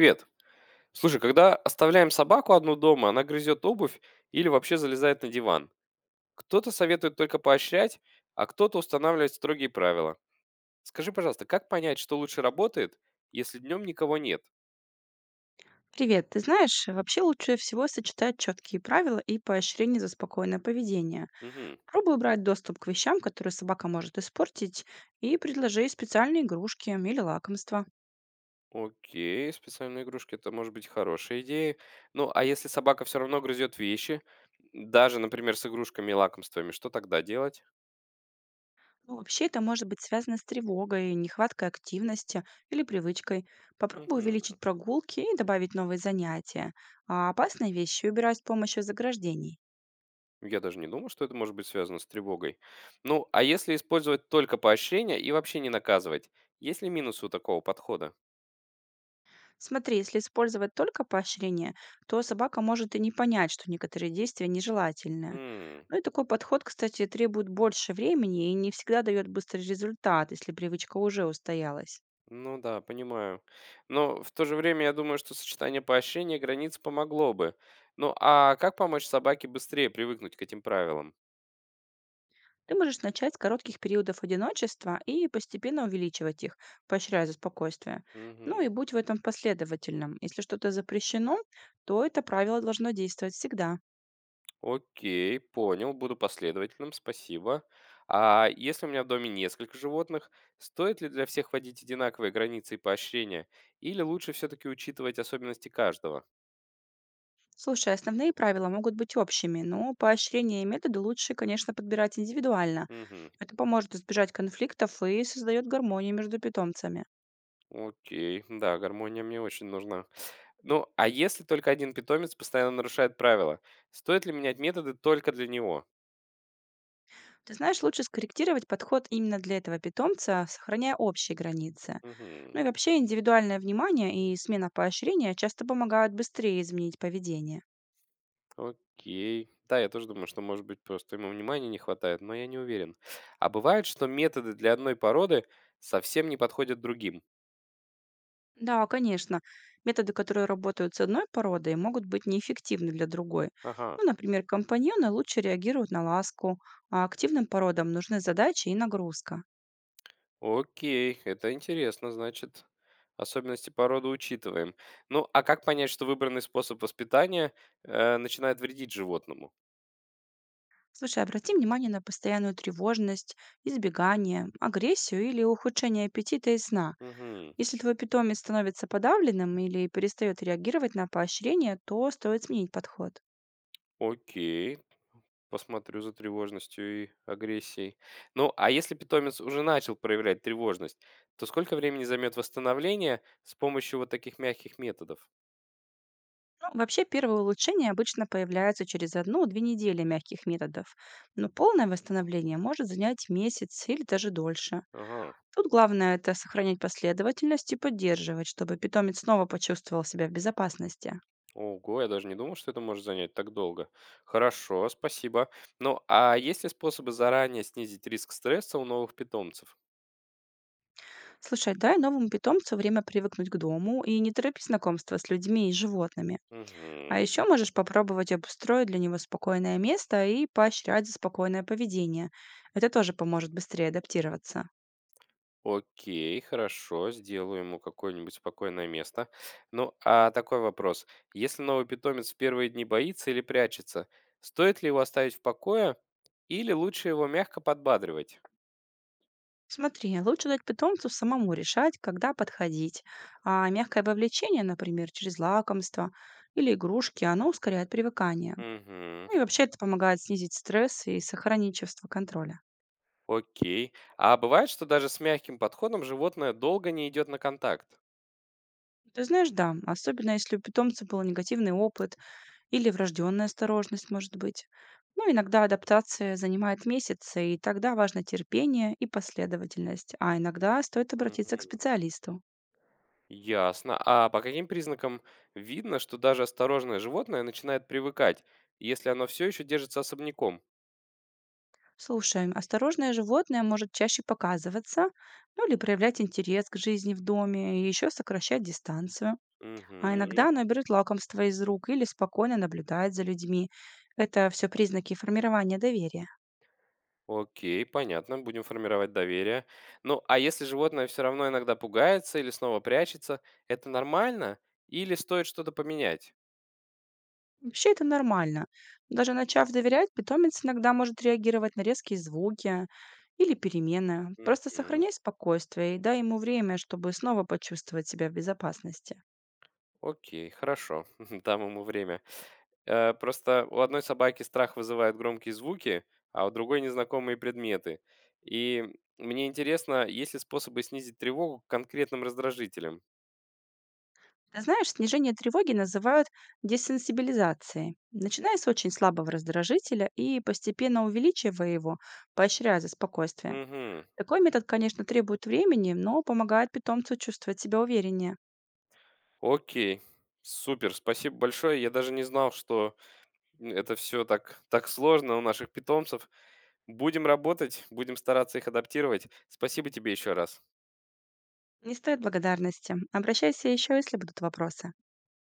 Привет. Слушай, когда оставляем собаку одну дома, она грызет обувь или вообще залезает на диван. Кто-то советует только поощрять, а кто-то устанавливает строгие правила. Скажи, пожалуйста, как понять, что лучше работает, если днем никого нет? Привет, ты знаешь, вообще лучше всего сочетать четкие правила и поощрение за спокойное поведение. Мгм. Пробуй брать доступ к вещам, которые собака может испортить, и предложи специальные игрушки или лакомства. Окей, специальные игрушки это может быть хорошая идея. Ну, а если собака все равно грызет вещи, даже, например, с игрушками и лакомствами, что тогда делать? Ну, вообще это может быть связано с тревогой, нехваткой активности или привычкой. Попробуй Мгм. увеличить прогулки и добавить новые занятия, а опасные вещи убирать с помощью заграждений. Я даже не думал, что это может быть связано с тревогой. Ну, а если использовать только поощрение и вообще не наказывать? Есть ли минусы у такого подхода? Смотри, если использовать только поощрение, то собака может и не понять, что некоторые действия нежелательны. М, Ну и такой подход, кстати, требует больше времени и не всегда дает быстрый результат, если привычка уже устоялась. ну да, понимаю. Но в то же время я думаю, что сочетание поощрения и границ помогло бы. Ну, а как помочь собаке быстрее привыкнуть к этим правилам? Ты можешь начать с коротких периодов одиночества и постепенно увеличивать их, поощряя за спокойствие. Ну и Мгм. будь в этом последовательным. Если что-то запрещено, то это правило должно действовать всегда. Окей, понял, буду последовательным, спасибо. А если у меня в доме несколько животных, стоит ли для всех вводить одинаковые границы и поощрения? Или лучше все-таки учитывать особенности каждого? Слушай, основные правила могут быть общими, но поощрения и методы лучше, конечно, подбирать индивидуально. Угу, Это поможет избежать конфликтов и создает гармонию между питомцами. окей, да, гармония мне очень нужна. Ну, а если только один питомец постоянно нарушает правила, стоит ли менять методы только для него? Ты знаешь, лучше скорректировать подход именно для этого питомца, сохраняя общие границы. Угу. Ну и вообще индивидуальное внимание и смена поощрения часто помогают быстрее изменить поведение. Окей. Да, я тоже думаю, что, может быть, просто ему внимания не хватает, но я не уверен. А бывает, что методы для одной породы совсем не подходят другим. Да, конечно. Методы, которые работают с одной породой, могут быть неэффективны для другой. Ага. Ну, например, компаньоны лучше реагируют на ласку, а активным породам нужны задачи и нагрузка. Окей, это интересно, значит. Особенности породы учитываем. Ну, а как понять, что выбранный способ воспитания начинает вредить животному? Слушай, обрати внимание на постоянную тревожность, избегание, агрессию или ухудшение аппетита и сна. Угу. Если твой питомец становится подавленным или перестает реагировать на поощрение, то стоит сменить подход. Окей, посмотрю за тревожностью и агрессией. Ну, а если питомец уже начал проявлять тревожность, то сколько времени займет восстановление с помощью вот таких мягких методов? Ну, вообще первые улучшения обычно появляются через одну-две недели мягких методов, но полное восстановление может занять месяц или даже дольше. Ага. Тут главное это сохранять последовательность и поддерживать, чтобы питомец снова почувствовал себя в безопасности. Ого, я даже не думал, что это может занять так долго. Хорошо, спасибо. Ну, а есть ли способы заранее снизить риск стресса у новых питомцев? Слушай, дай новому питомцу время привыкнуть к дому и не торопи знакомство с людьми и животными. А Угу. еще можешь попробовать обустроить для него спокойное место и поощрять за спокойное поведение. Это тоже поможет быстрее адаптироваться. Окей, хорошо, сделаю ему какое-нибудь спокойное место. Ну, а такой вопрос. Если новый питомец в первые дни боится или прячется, стоит ли его оставить в покое или лучше его мягко подбадривать? Смотри, лучше дать питомцу самому решать, когда подходить. А мягкое вовлечение, например, через лакомство или игрушки, оно ускоряет привыкание. Угу, Ну и вообще это помогает снизить стресс и сохранить чувство контроля. окей. А бывает, что даже с мягким подходом животное долго не идет на контакт? Ты знаешь, да, особенно если у питомца был негативный опыт или врожденная осторожность, может быть. Ну, иногда адаптация занимает месяцы, и тогда важно терпение и последовательность, а иногда стоит обратиться к Мгм. специалисту. Ясно. А по каким признакам видно, что даже осторожное животное начинает привыкать, если оно все еще держится особняком? Слушай, осторожное животное может чаще показываться, ну или проявлять интерес к жизни в доме и еще сокращать дистанцию. А Угу. иногда оно берет лакомство из рук или спокойно наблюдает за людьми. Это все признаки формирования доверия. Окей, понятно, будем формировать доверие. Ну, а если животное все равно иногда пугается или снова прячется, это нормально или стоит что-то поменять? Вообще это нормально. Даже начав доверять, питомец иногда может реагировать на резкие звуки или перемены. Просто Мгм. сохраняй спокойствие и дай ему время, чтобы снова почувствовать себя в безопасности. Окей, хорошо, дам ему время. Просто у одной собаки страх вызывает громкие звуки, а у другой незнакомые предметы. И мне интересно, есть ли способы снизить тревогу к конкретным раздражителям? Ты знаешь, снижение тревоги называют десенсибилизацией. Начиная с очень слабого раздражителя и постепенно увеличивая его, поощряя за спокойствие. Угу. Такой метод, конечно, требует времени, но помогает питомцу чувствовать себя увереннее. Окей. Супер, спасибо большое. Я даже не знал, что это все так сложно у наших питомцев. Будем работать, будем стараться их адаптировать. Спасибо тебе еще раз. Не стоит благодарности. Обращайся еще, если будут вопросы.